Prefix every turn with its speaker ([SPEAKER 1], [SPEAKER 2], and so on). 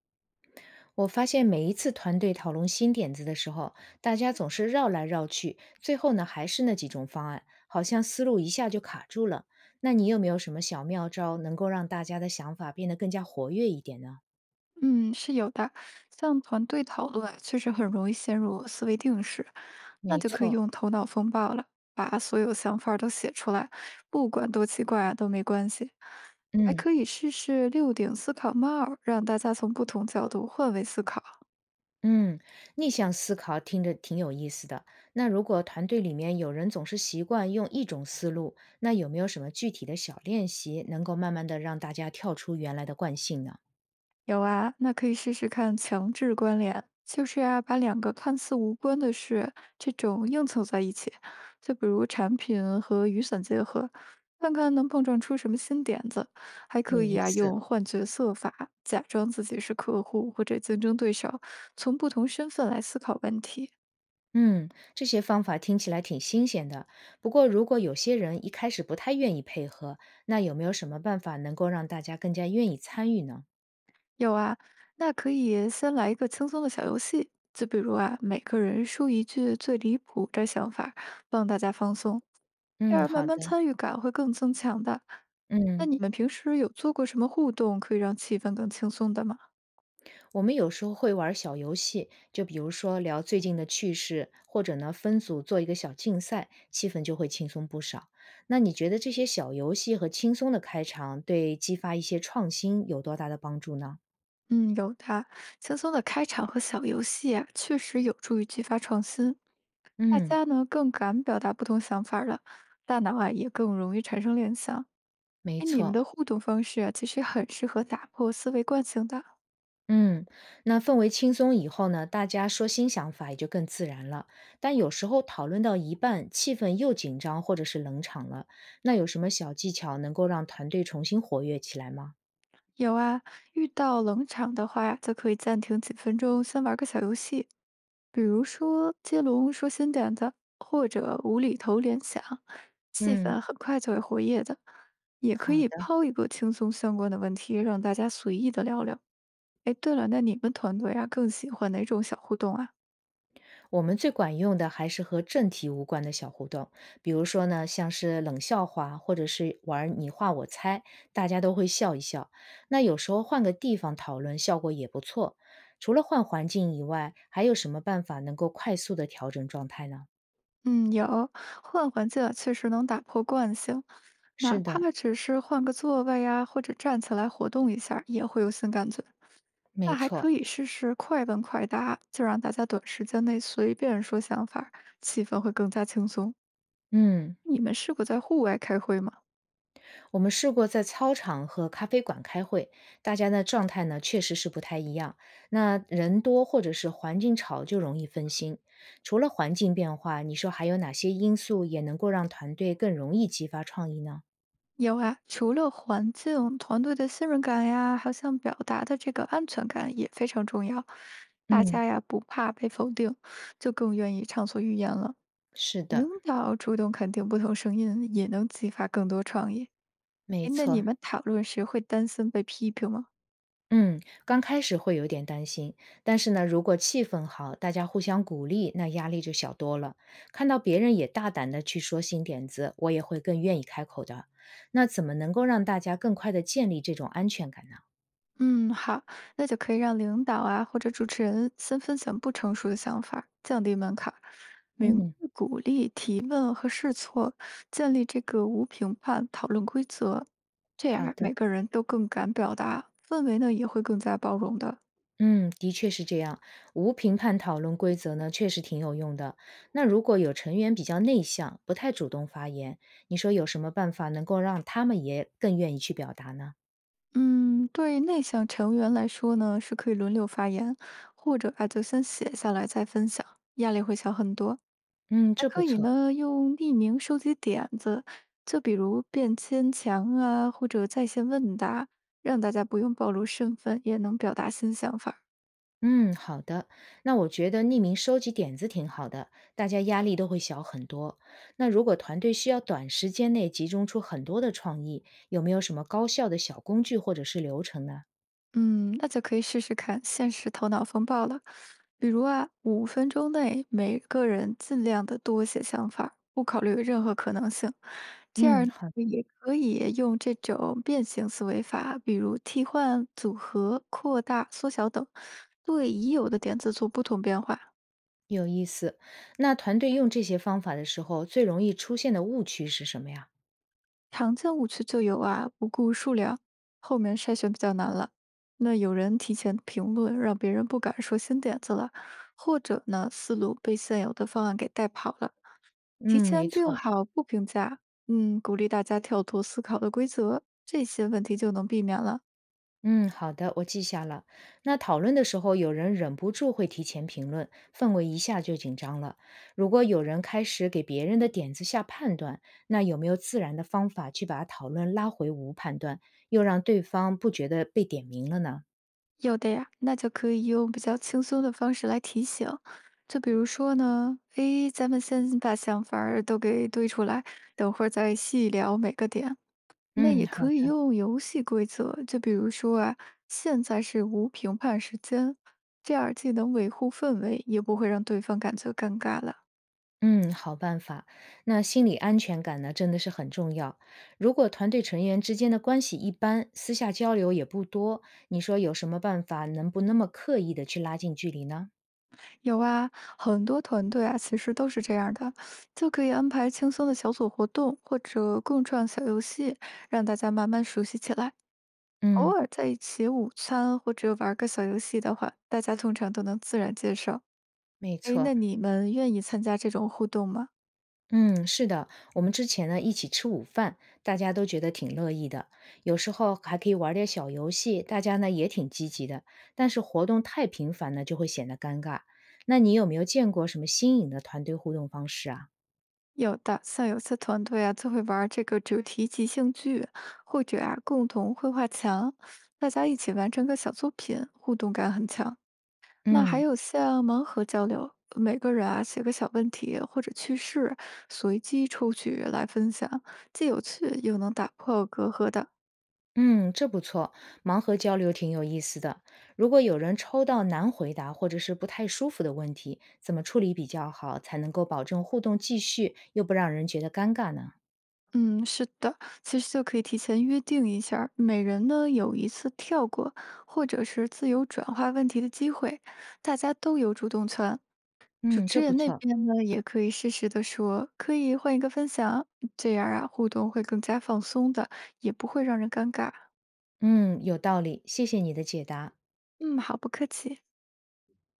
[SPEAKER 1] 我发现每一次团队讨论新点子的时候，大家总是绕来绕去，最后呢还是那几种方案，好像思路一下就卡住了。那你有没有什么小妙招，能够让大家的想法变得更加活跃一点呢？
[SPEAKER 2] 嗯，是有的。像团队讨论啊确实很容易陷入思维定式，那
[SPEAKER 1] 没
[SPEAKER 2] 就可以
[SPEAKER 1] 错。
[SPEAKER 2] 用头脑风暴了，把所有想法儿都写出来，不管多奇怪啊都没关系。还
[SPEAKER 1] 嗯
[SPEAKER 2] 可以试试六顶思考帽儿让大家从不同角度换位思考。
[SPEAKER 1] 嗯，逆向思考听着挺有意思的。那如果团队里面有人总是习惯用一种思路，那有没有什么具体的小练习，能够慢慢的让大家跳出原来的惯性呢？
[SPEAKER 2] 有啊，那可以试试看强制关联，把两个看似无关的事这种硬凑在一起，就比如产品和雨伞结合，看看能碰撞出什么新点子。还
[SPEAKER 1] 有
[SPEAKER 2] 可以
[SPEAKER 1] 意
[SPEAKER 2] 啊，
[SPEAKER 1] 思。
[SPEAKER 2] 用换角色法，假装自己是客户或者竞争对手，从不同身份来思考问题。
[SPEAKER 1] 嗯，这些方法听起来挺新鲜的。不过，如果有些人一开始不太愿意配合，那有没有什么办法能够让大家更加愿意参与呢？
[SPEAKER 2] 有啊，那可以先来一个轻松的小游戏，就比如啊，每个人说一句最离谱的想法，帮大家放松。这
[SPEAKER 1] 嗯，
[SPEAKER 2] 样慢
[SPEAKER 1] 好的。
[SPEAKER 2] 慢参与感会更增强的。那
[SPEAKER 1] 嗯，
[SPEAKER 2] 你们平时有做过什么互动可以让气氛更轻松的吗？
[SPEAKER 1] 我们有时候会玩小游戏，就比如说聊最近的趣事，或者呢分组做一个小竞赛，气氛就会轻松不少。那你觉得这些小游戏和轻松的开场对激发一些创新有多大的帮助呢？
[SPEAKER 2] 嗯，有的，轻松的开场和小游戏啊，确实有助于激发创新。大
[SPEAKER 1] 嗯，
[SPEAKER 2] 家呢更敢表达不同想法儿了，大脑啊也更容易产生联想。
[SPEAKER 1] 没
[SPEAKER 2] 哎，你们
[SPEAKER 1] 错。
[SPEAKER 2] 的互动方式啊，其实很适合打破思维惯性的。
[SPEAKER 1] 嗯，那氛围轻松以后呢，大家说新想法也就更自然了。但有时候讨论到一半，气氛又紧张或者是冷场了，那有什么小技巧能够让团队重新活跃起来吗？
[SPEAKER 2] 有啊，遇到冷场的话呀，就可以暂停几分钟，先玩个小游戏，比如说接龙说新点子，或者无厘头联想，气
[SPEAKER 1] 嗯，
[SPEAKER 2] 氛很快就会活跃的。也可
[SPEAKER 1] 好
[SPEAKER 2] 以
[SPEAKER 1] 的。
[SPEAKER 2] 抛一个轻松相关的问题，让大家随意的聊聊。哎，对了，那你们团队啊，更喜欢哪种小互动啊？
[SPEAKER 1] 我们最管用的还是和正题无关的小互动，比如说呢，像是冷笑话，或者是玩儿你画我猜，大家都会笑一笑。那有时候换个地方讨论，效果也不错。除了换环境以外，还有什么办法能够快速的调整状态呢？
[SPEAKER 2] 嗯，有换环境啊确实能打破惯性，
[SPEAKER 1] 是
[SPEAKER 2] 哪
[SPEAKER 1] 的，
[SPEAKER 2] 怕只是换个座位呀、或者站起来活动一下儿也会有新感觉。
[SPEAKER 1] 没
[SPEAKER 2] 那还可
[SPEAKER 1] 错。
[SPEAKER 2] 以试试快问快答，就让大家短时间内随便说想法儿气氛会更加轻松。
[SPEAKER 1] 嗯。
[SPEAKER 2] 你们试过在户外开会吗？
[SPEAKER 1] 我们试过在操场和咖啡馆开会，大家的状态呢确实是不太一样。那人多或者是环境吵就容易分心。除了环境变化，你说还有哪些因素也能够让团队更容易激发创意呢？
[SPEAKER 2] 有啊，除了环境，团队的信任感呀，还有像表达的这个安全感也非常重要。大
[SPEAKER 1] 嗯，
[SPEAKER 2] 家呀不怕被否定，就更愿意畅所欲言了。
[SPEAKER 1] 是
[SPEAKER 2] 领
[SPEAKER 1] 的，
[SPEAKER 2] 导主动肯定不同声音，也能激发更多创意。
[SPEAKER 1] 没
[SPEAKER 2] 诶那你
[SPEAKER 1] 错。
[SPEAKER 2] 们讨论时会担心被批评吗？
[SPEAKER 1] 嗯，刚开始会有点担心，但是呢，如果气氛好，大家互相鼓励，那压力就小多了。看到别人也大胆的去说新点子，我也会更愿意开口的。那怎么能够让大家更快的建立这种安全感呢？
[SPEAKER 2] 嗯，好，那就可以让领导啊或者主持人先分享不成熟的想法儿，降低门槛儿明
[SPEAKER 1] 嗯，
[SPEAKER 2] 确鼓励提问和试错，建立这个无评判讨论规则，这样
[SPEAKER 1] 好
[SPEAKER 2] 儿
[SPEAKER 1] 的。
[SPEAKER 2] 每个人都更敢表达，氛围呢也会更加包容的。
[SPEAKER 1] 嗯，的确是这样。无评判讨论规则呢，确实挺有用的。那如果有成员比较内向，不太主动发言，你说有什么办法能够让他们也更愿意去表达呢？
[SPEAKER 2] 嗯，对内向成员来说呢，是可以轮流发言，或者啊就先写下来再分享，压力会小很多。
[SPEAKER 1] 嗯，
[SPEAKER 2] 还
[SPEAKER 1] 这不
[SPEAKER 2] 可以
[SPEAKER 1] 错。
[SPEAKER 2] 呢，用匿名收集点子，就比如便签墙啊，或者在线问答，让大家不用暴露身份，也能表达新想法儿。
[SPEAKER 1] 嗯，好的。那我觉得匿名收集点子挺好的，大家压力都会小很多。那如果团队需要短时间内集中出很多的创意，有没有什么高效的小工具或者是流程呢？
[SPEAKER 2] 嗯，那就可以试试看现实头脑风暴了。比如啊，5分钟内每个人尽量的多写想法儿不考虑任何可能性。这
[SPEAKER 1] 嗯，
[SPEAKER 2] 样
[SPEAKER 1] 好，
[SPEAKER 2] 也可以用这种变形思维法，比如替换、组合、扩大、缩小等，对已有的点子做不同变化。
[SPEAKER 1] 有意思。那团队用这些方法的时候，最容易出现的误区是什么呀？
[SPEAKER 2] 常见误区就有啊，不顾数量，后面筛选比较难了。那有人提前评论，让别人不敢说新点子了，或者呢，思路被现有的方案给带跑了。提
[SPEAKER 1] 嗯，没
[SPEAKER 2] 前定
[SPEAKER 1] 错。
[SPEAKER 2] 好不评价，嗯，鼓励大家跳脱思考的规则，这些问题就能避免了。
[SPEAKER 1] 嗯，好的，我记下了。那讨论的时候，有人忍不住会提前评论，氛围一下就紧张了。如果有人开始给别人的点子下判断，那有没有自然的方法去把讨论拉回无判断，又让对方不觉得被点名了呢？
[SPEAKER 2] 有的呀，那就可以用比较轻松的方式来提醒，就比如说呢，诶，咱们先把想法儿都给堆出来，等会儿再细聊每个点。那
[SPEAKER 1] 嗯，
[SPEAKER 2] 也
[SPEAKER 1] 好
[SPEAKER 2] 可以
[SPEAKER 1] 的。
[SPEAKER 2] 用游戏规则，就比如说啊，现在是无评判时间，这样既能维护氛围，也不会让对方感觉尴尬了。
[SPEAKER 1] 嗯，好办法。那心理安全感呢，真的是很重要。如果团队成员之间的关系一般，私下交流也不多，你说有什么办法能不那么刻意的去拉近距离呢？
[SPEAKER 2] 有啊，很多团队啊，其实都是这样的，就可以安排轻松的小组活动或者共创小游戏，让大家慢慢熟悉起来。
[SPEAKER 1] 嗯，
[SPEAKER 2] 偶尔在一起午餐或者玩个小游戏的话，大家通常都能自然接受。
[SPEAKER 1] 没
[SPEAKER 2] 诶，
[SPEAKER 1] 错。
[SPEAKER 2] 那你们愿意参加这种互动吗？
[SPEAKER 1] 嗯，是的，我们之前呢一起吃午饭，大家都觉得挺乐意的，有时候还可以玩点小游戏，大家呢也挺积极的。但是活动太频繁呢，就会显得尴尬。那你有没有见过什么新颖的团队互动方式啊？
[SPEAKER 2] 有的，像有些团队啊，就会玩儿这个主题即兴剧，或者啊共同绘画墙，大家一起完成个小作品，互动感很强。那还
[SPEAKER 1] 嗯。
[SPEAKER 2] 有像盲盒交流，每个人啊写个小问题或者趣事，随机抽取来分享，既有趣又能打破隔阂的。
[SPEAKER 1] 嗯，这不错，盲盒交流挺有意思的。如果有人抽到难回答或者是不太舒服的问题，怎么处理比较好，才能够保证互动继续，又不让人觉得尴尬呢？
[SPEAKER 2] 嗯，是的，其实就可以提前约定一下儿每人呢有一次跳过或者是自由转化问题的机会，大家都有主动权。主
[SPEAKER 1] 嗯，这
[SPEAKER 2] 持
[SPEAKER 1] 不
[SPEAKER 2] 人那
[SPEAKER 1] 错。
[SPEAKER 2] 边呢，也可以适时的说，可以换一个分享，这样啊，互动会更加放松的，也不会让人尴尬。
[SPEAKER 1] 嗯，有道理，谢谢你的解答。
[SPEAKER 2] 嗯，好，不客气。